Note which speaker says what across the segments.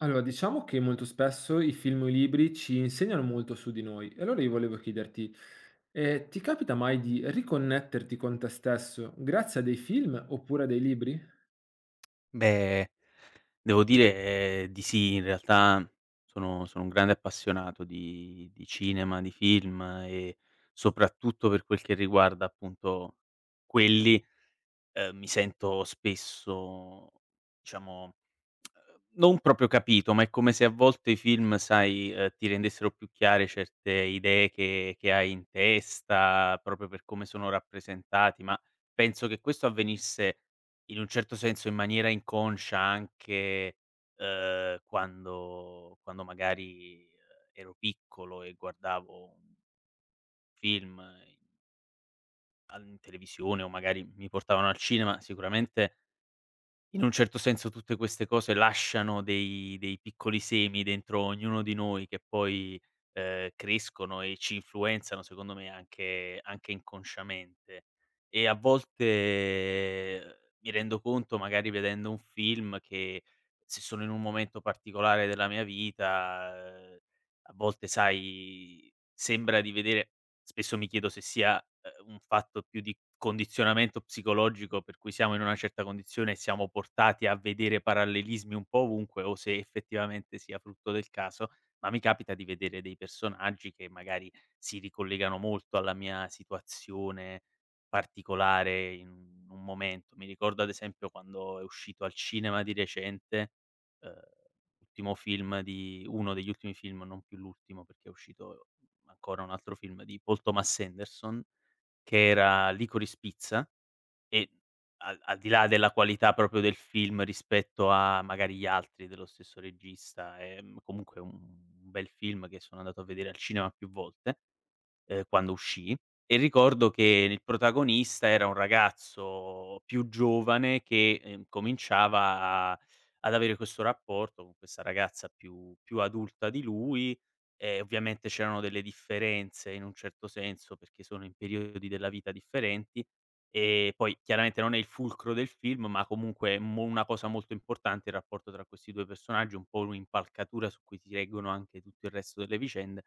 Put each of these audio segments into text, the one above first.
Speaker 1: Allora, diciamo che molto spesso i film o i libri ci insegnano molto su di noi. E allora io volevo chiederti, ti capita mai di riconnetterti con te stesso grazie a dei film oppure a dei libri?
Speaker 2: Beh, devo dire di sì. In realtà sono un grande appassionato di cinema, di film e soprattutto per quel che riguarda appunto quelli, mi sento spesso diciamo non proprio capito, ma è come se a volte i film, sai, ti rendessero più chiare certe idee che hai in testa, proprio per come sono rappresentati, ma penso che questo avvenisse in un certo senso in maniera inconscia anche, quando magari, ero piccolo e guardavo un film in in televisione o magari mi portavano al cinema. Sicuramente in un certo senso tutte queste cose lasciano dei piccoli semi dentro ognuno di noi che poi, crescono e ci influenzano secondo me anche inconsciamente. E a volte mi rendo conto magari vedendo un film che se sono in un momento particolare della mia vita, ehm, a volte sai, sembra di vedere. Spesso mi chiedo se sia, un fatto più di condizionamento psicologico, per cui siamo in una certa condizione e siamo portati a vedere parallelismi un po' ovunque, o se effettivamente sia frutto del caso, ma mi capita di vedere dei personaggi che magari si ricollegano molto alla mia situazione particolare in un momento. Mi ricordo ad esempio quando è uscito al cinema di recente, uhm, l'ultimo film di uno degli ultimi film, non più l'ultimo perché è uscito ancora un altro film di Paul Thomas Anderson, che era Licorice Pizza, e al di là della qualità proprio del film rispetto a magari gli altri dello stesso regista, comunque un bel film che sono andato a vedere al cinema più volte quando uscì. E ricordo che il protagonista era un ragazzo più giovane che, cominciava a ad avere questo rapporto con questa ragazza più adulta di lui, e ovviamente c'erano delle differenze in un certo senso, perché sono in periodi della vita differenti, e poi chiaramente non è il fulcro del film, ma comunque è mo una cosa molto importante il rapporto tra questi 2 personaggi, un po' un'impalcatura su cui si reggono anche tutto il resto delle vicende.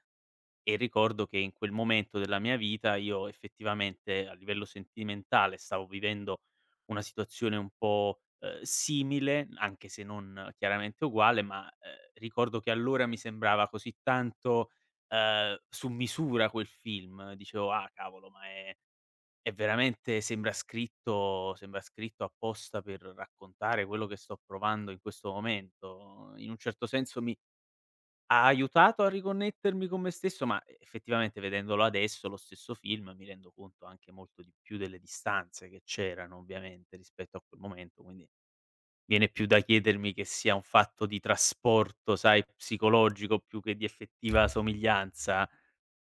Speaker 2: E ricordo che in quel momento della mia vita io effettivamente a livello sentimentale stavo vivendo una situazione un po', simile, anche se non chiaramente uguale, ma, ricordo che allora mi sembrava così tanto, su misura quel film. Dicevo: "Ah cavolo, ma è veramente sembra scritto apposta per raccontare quello che sto provando in questo momento". In un certo senso mi ha aiutato a riconnettermi con me stesso, e effettivamente vedendolo adesso, lo stesso film, mi rendo conto anche molto di più delle distanze che c'erano ovviamente rispetto a quel momento, quindi viene più da chiedermi che sia un fatto di trasporto, sai, psicologico più che di effettiva somiglianza,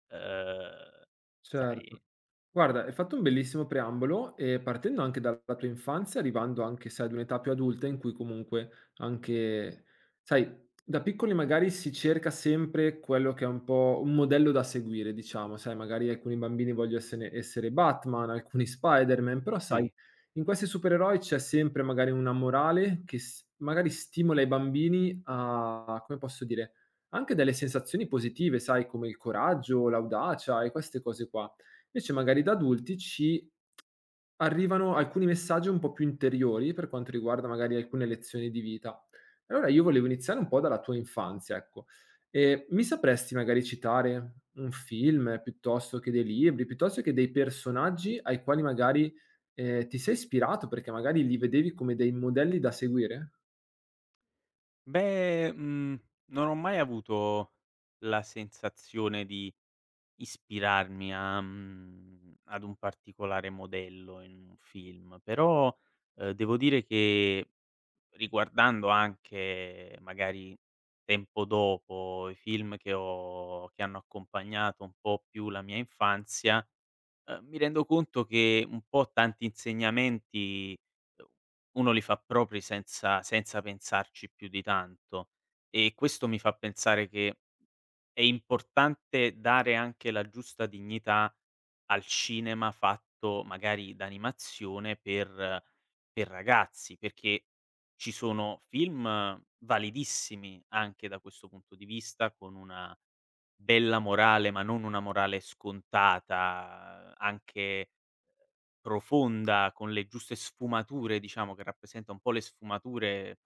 Speaker 2: ehm, sai.
Speaker 1: Certo. Guarda, hai fatto un bellissimo preambolo e partendo anche dalla tua infanzia, arrivando anche, sai, ad un'età più adulta in cui comunque anche, sai, da piccoli magari si cerca sempre quello che è un po' un modello da seguire, diciamo, sai, magari alcuni bambini vogliono essere Batman, alcuni Spider-Man, però sai,
Speaker 2: Sì.
Speaker 1: in questi supereroi c'è sempre magari una morale che magari stimola i bambini a, come posso dire, anche delle sensazioni positive, sai, come il coraggio, l'audacia e queste cose qua. Invece magari da adulti ci arrivano alcuni messaggi un po' più interiori per quanto riguarda magari alcune lezioni di vita. Allora io volevo iniziare un po' dalla tua infanzia, ecco. Mi sapresti magari citare un film, piuttosto che dei libri, piuttosto che dei personaggi ai quali magari, ti sei ispirato perché magari li vedevi come dei modelli da seguire?
Speaker 2: Beh, non ho mai avuto la sensazione di ispirarmi ad un particolare modello in un film, però, devo dire che riguardando anche magari tempo dopo i film che hanno accompagnato un po' più la mia infanzia, mi rendo conto che un po' tanti insegnamenti, uhm, uno li fa propri senza pensarci più di tanto, e questo mi fa pensare che è importante dare anche la giusta dignità al cinema fatto magari d'animazione per ragazzi, perché ci sono film validissimi anche da questo punto di vista, con una bella morale, ma non una morale scontata, anche profonda, con le giuste sfumature, diciamo, che rappresenta un po' le sfumature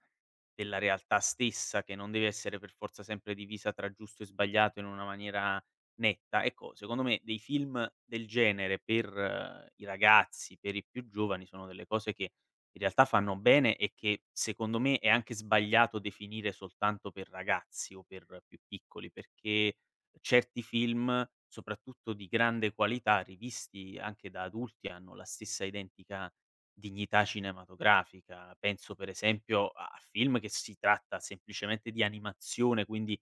Speaker 2: della realtà stessa, che non deve essere per forza sempre divisa tra giusto e sbagliato in una maniera netta. Ecco, secondo me dei film del genere per i ragazzi, per i più giovani, sono delle cose che in realtà fanno bene e che secondo me è anche sbagliato definire soltanto per ragazzi o per più piccoli, perché certi film, soprattutto di grande qualità, rivisti anche da adulti, hanno la stessa identica dignità cinematografica. Penso per esempio a film che si tratta semplicemente di animazione, quindi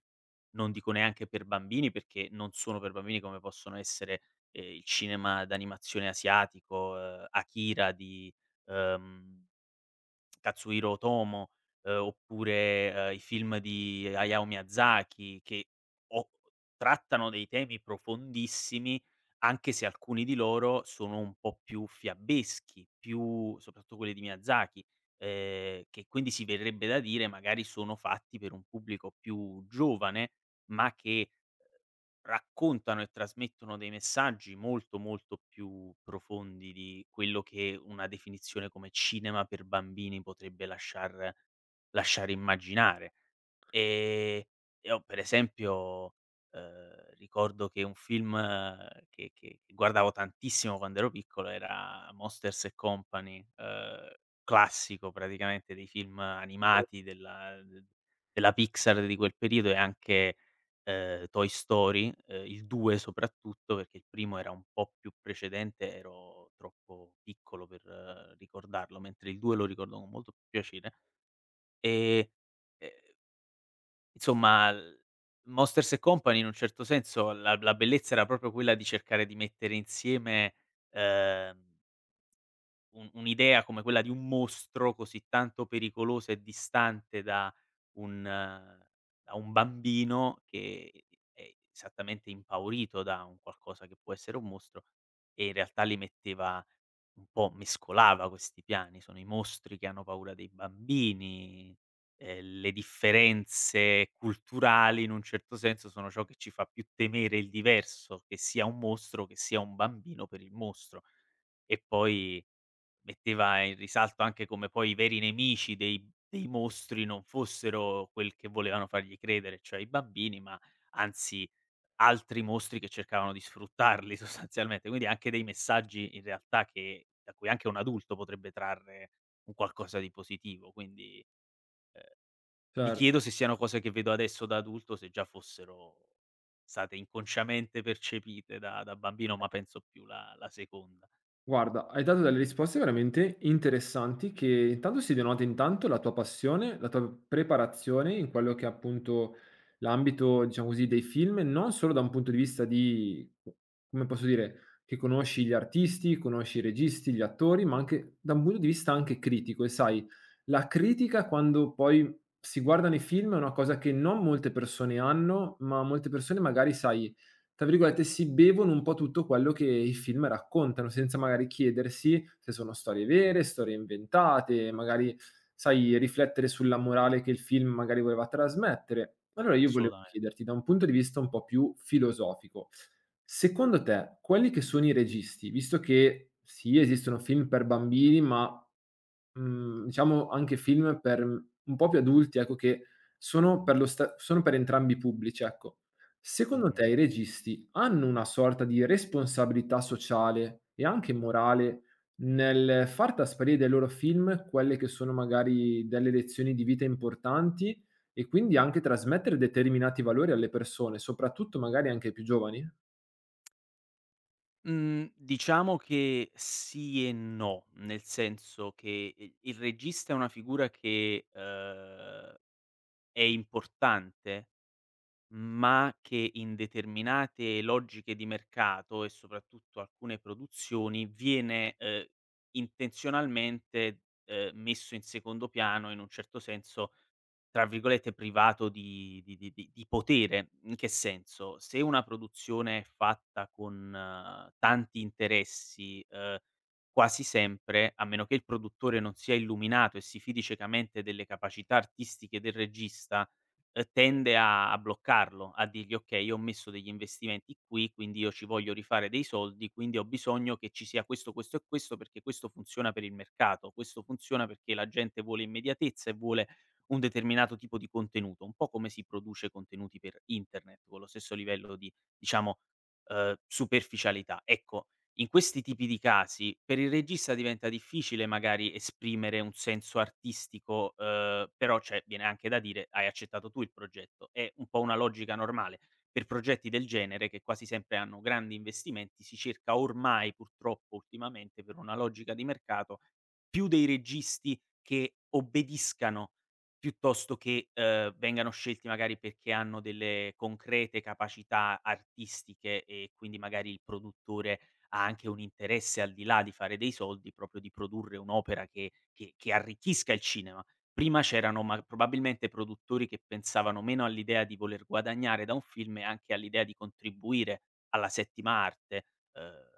Speaker 2: non dico neanche per bambini, perché non sono per bambini come possono essere, il cinema d'animazione asiatico, Akira di, ehm Katsuhiro Otomo, oppure, i film di Hayao Miyazaki che o trattano dei temi profondissimi, anche se alcuni di loro sono un po' più fiabeschi, più soprattutto quelli di Miyazaki, che quindi si verrebbe da dire magari sono fatti per un pubblico più giovane, ma che raccontano e trasmettono dei messaggi molto, molto più profondi di quello che una definizione come cinema per bambini potrebbe lasciare immaginare. Ehm, io per esempio, ricordo che un film che guardavo tantissimo quando ero piccolo era Monsters and Company, classico praticamente dei film animati della Pixar di quel periodo, e anche, Toy Story, il 2 soprattutto, perché il primo era un po' più precedente, ero troppo piccolo per ricordarlo, mentre il 2 lo ricordo con molto più piacere. E, ehm insomma, l Monsters e Company in un certo senso la la bellezza era proprio quella di cercare di mettere insieme, ehm un'idea come quella di un mostro così tanto pericolosa e distante un eh, da un bambino che è esattamente impaurito da un qualcosa che può essere un mostro, e in realtà li metteva un po' mescolava questi piani. Sono i mostri che hanno paura dei bambini, le differenze culturali in un certo senso sono ciò che ci fa più temere il diverso, che sia un mostro, che sia un bambino per il mostro. E poi metteva in risalto anche come poi i veri nemici dei mostri non fossero quel che volevano fargli credere, cioè i bambini, ma anzi altri mostri che cercavano di sfruttarli sostanzialmente. Quindi anche dei messaggi in realtà che da cui anche un adulto potrebbe trarre un qualcosa di positivo. Quindi, ehm, mi
Speaker 1: Cer
Speaker 2: chiedo se siano cose che vedo adesso da adulto, se già fossero state inconsciamente percepite da bambino, ma penso più la seconda.
Speaker 1: Guarda, hai dato delle risposte veramente interessanti che intanto si denota intanto la tua passione, la tua preparazione in quello che è appunto l'ambito, diciamo così, dei film, non solo da un punto di vista di, come posso dire, che conosci gli artisti, conosci i registi, gli attori, ma anche da un punto di vista anche critico. E sai, la critica quando poi si guardano i film è una cosa che non molte persone hanno, ma molte persone magari, sai, tra virgolette, si bevono un po' tutto quello che i film raccontano, senza magari chiedersi se sono storie vere, storie inventate, magari, sai, riflettere sulla morale che il film magari voleva trasmettere.
Speaker 2: Sì,
Speaker 1: Allora io volevo
Speaker 2: assolutamen
Speaker 1: chiederti, da un punto di vista un po' più filosofico, secondo te quelli che sono i registi, visto che sì, esistono film per bambini, ma mhmm, diciamo anche film per mhmm, un po' più adulti, ecco, che sono per lo sta sono per entrambi i pubblici, ecco. Secondo
Speaker 2: mh-mh.
Speaker 1: te i registi hanno una sorta di responsabilità sociale e anche morale nel far trasparire dai loro film quelle che sono magari delle lezioni di vita importanti e quindi anche trasmettere determinati valori alle persone, soprattutto magari anche ai più giovani?
Speaker 2: Mhmm, diciamo che sì e no, nel senso che i il regista è una figura che, è importante, ma che in determinate logiche di mercato e soprattutto alcune produzioni viene, intenzionalmente, messo in secondo piano in un certo senso tra virgolette "privato" di potere. In che senso? Se una produzione è fatta con tanti interessi, quasi sempre, a meno che il produttore non sia illuminato e si fidi ciecamente delle capacità artistiche del regista, tende a bloccarlo, a dirgli: "Okay, io ho messo degli investimenti qui, quindi io ci voglio rifare dei soldi, quindi ho bisogno che ci sia questo, questo e questo, perché questo funziona per il mercato, questo funziona perché la gente vuole immediatezza e vuole un determinato tipo di contenuto, un po' come si produce contenuti per internet, con lo stesso livello di, diciamo, superficialità". Ecco, in questi tipi di casi per il regista diventa difficile magari esprimere un senso artistico, però cioè viene anche da dire: "Hai accettato tu il progetto". È un po' una logica normale. Per progetti del genere, che quasi sempre hanno grandi investimenti, si cerca ormai, purtroppo ultimamente, per una logica di mercato, più dei registi che obbediscano piuttosto che, vengano scelti magari perché hanno delle concrete capacità artistiche, e quindi magari il produttore ha anche un interesse al di là di fare dei soldi, proprio di produrre un'opera che arricchisca il cinema. Prima c'erano ma probabilmente produttori che pensavano meno all'idea di voler guadagnare da un film e anche all'idea di contribuire alla settima arte, ehm,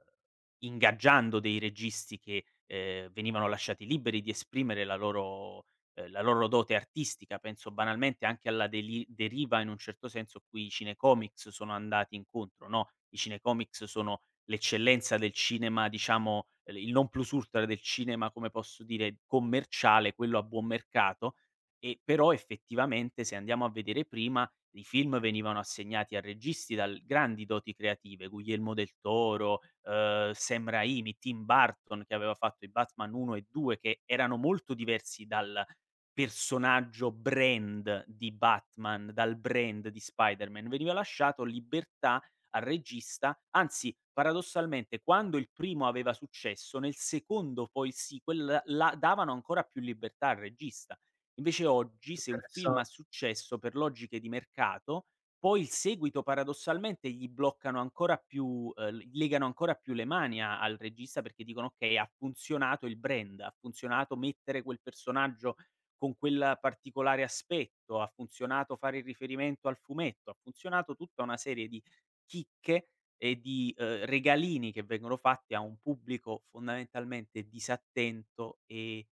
Speaker 2: ingaggiando dei registi che, venivano lasciati liberi di esprimere la loro dote artistica. Penso banalmente anche alla deli deriva in un certo senso a cui i cinecomics sono andati incontro, no, i cinecomics sono l'eccellenza del cinema diciamo, il non plus ultra del cinema, come posso dire, commerciale, quello a buon mercato, e però effettivamente se andiamo a vedere prima, i film venivano assegnati a registi dal grandi doti creative, Guglielmo del Toro, Sam Raimi, Tim Burton che aveva fatto i Batman 1 e 2 che erano molto diversi dal personaggio brand di Batman, dal brand di Spider-Man, veniva lasciato libertà al regista, anzi paradossalmente quando il primo aveva successo, nel secondo poi il sequel la davano ancora più libertà al regista. Invece oggi se un film
Speaker 1: Interessa
Speaker 2: ha successo per logiche di mercato, poi il seguito paradossalmente gli bloccano ancora più gli legano ancora più le mani a al regista, perché dicono: "Okay, ha funzionato il brand, ha funzionato mettere quel personaggio con quel particolare aspetto, ha funzionato fare il riferimento al fumetto, ha funzionato tutta una serie di chicche e di, regalini che vengono fatti a un pubblico fondamentalmente disattento e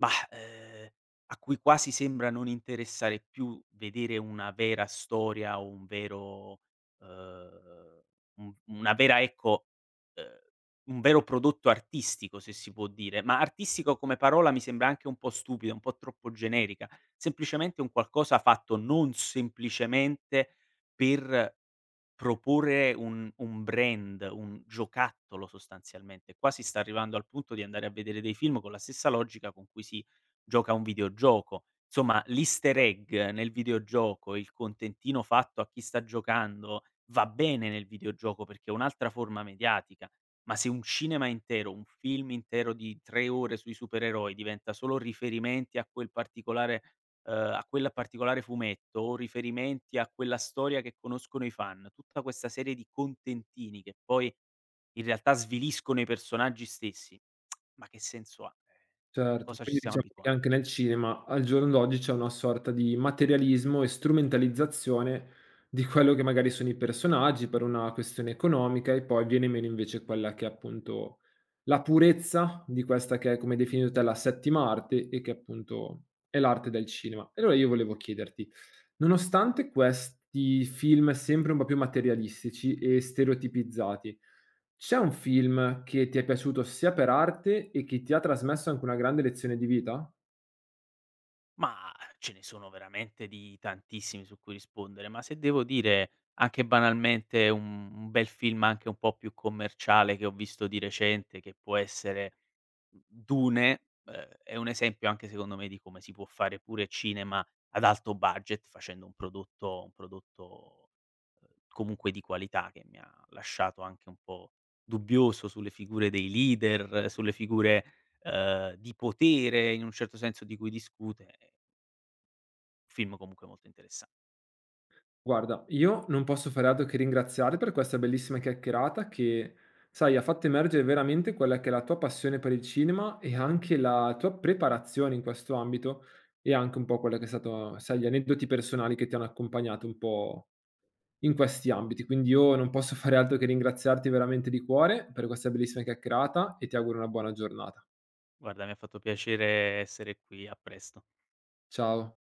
Speaker 2: mah, a cui quasi sembra non interessare più vedere una vera storia o ehm, un una vera ecco, ehm, un vero prodotto artistico, se si può dire, ma artistico come parola mi sembra anche un po' stupida, un po' troppo generica. Semplicemente un qualcosa fatto non semplicemente per proporre un brand, un giocattolo sostanzialmente. Qua si sta arrivando al punto di andare a vedere dei film con la stessa logica con cui si gioca a un videogioco. Insomma, l'easter egg nel videogioco, il contentino fatto a chi sta giocando, va bene nel videogioco perché è un'altra forma mediatica, ma se un cinema intero, un film intero di 3 ore sui supereroi diventa solo riferimenti a quel particolare fumetto o riferimenti a quella storia che conoscono i fan. Tutta questa serie di contentini che poi in realtà sviliscono i personaggi stessi. Ma che senso ha?
Speaker 1: Certo,
Speaker 2: Cosa ci
Speaker 1: quindi
Speaker 2: stiamo
Speaker 1: diciamo che
Speaker 2: abituan.
Speaker 1: anche nel cinema al giorno d'oggi c'è una sorta di materialismo e strumentalizzazione di quello che magari sono i personaggi per una questione economica e poi viene meno invece quella che è appunto la purezza di questa che è come definito te la settima arte e che appunto è l'arte del cinema. E allora io volevo chiederti, nonostante questi film sempre un po' più materialistici e stereotipizzati, c'è un film che ti è piaciuto sia per arte e che ti ha trasmesso anche una grande lezione di vita?
Speaker 2: Mah, ce ne sono veramente di tantissimi su cui rispondere, ma se devo dire anche banalmente un bel film anche un po' più commerciale che ho visto di recente che può essere Dune, è un esempio anche secondo me di come si può fare pure cinema ad alto budget facendo un prodotto, comunque di qualità che mi ha lasciato anche un po' dubbioso sulle figure dei leader, sulle figure, di potere in un certo senso di cui discute. Film comunque molto interessan.
Speaker 1: Guarda, io non posso fare altro che ringraziarti per questa bellissima chiacchierata che, sai, ha fatto emergere veramente quella che è la tua passione per il cinema e anche la tua preparazione in questo ambito e anche un po' quella che è stato, sai, gli aneddoti personali che ti hanno accompagnato un po' in questi ambiti. Quindi io non posso fare altro che ringraziarti veramente di cuore per questa bellissima chiacchierata e ti auguro una buona giornata.
Speaker 2: Guarda, mi ha fatto piacere essere qui, a presto.
Speaker 1: Ciao.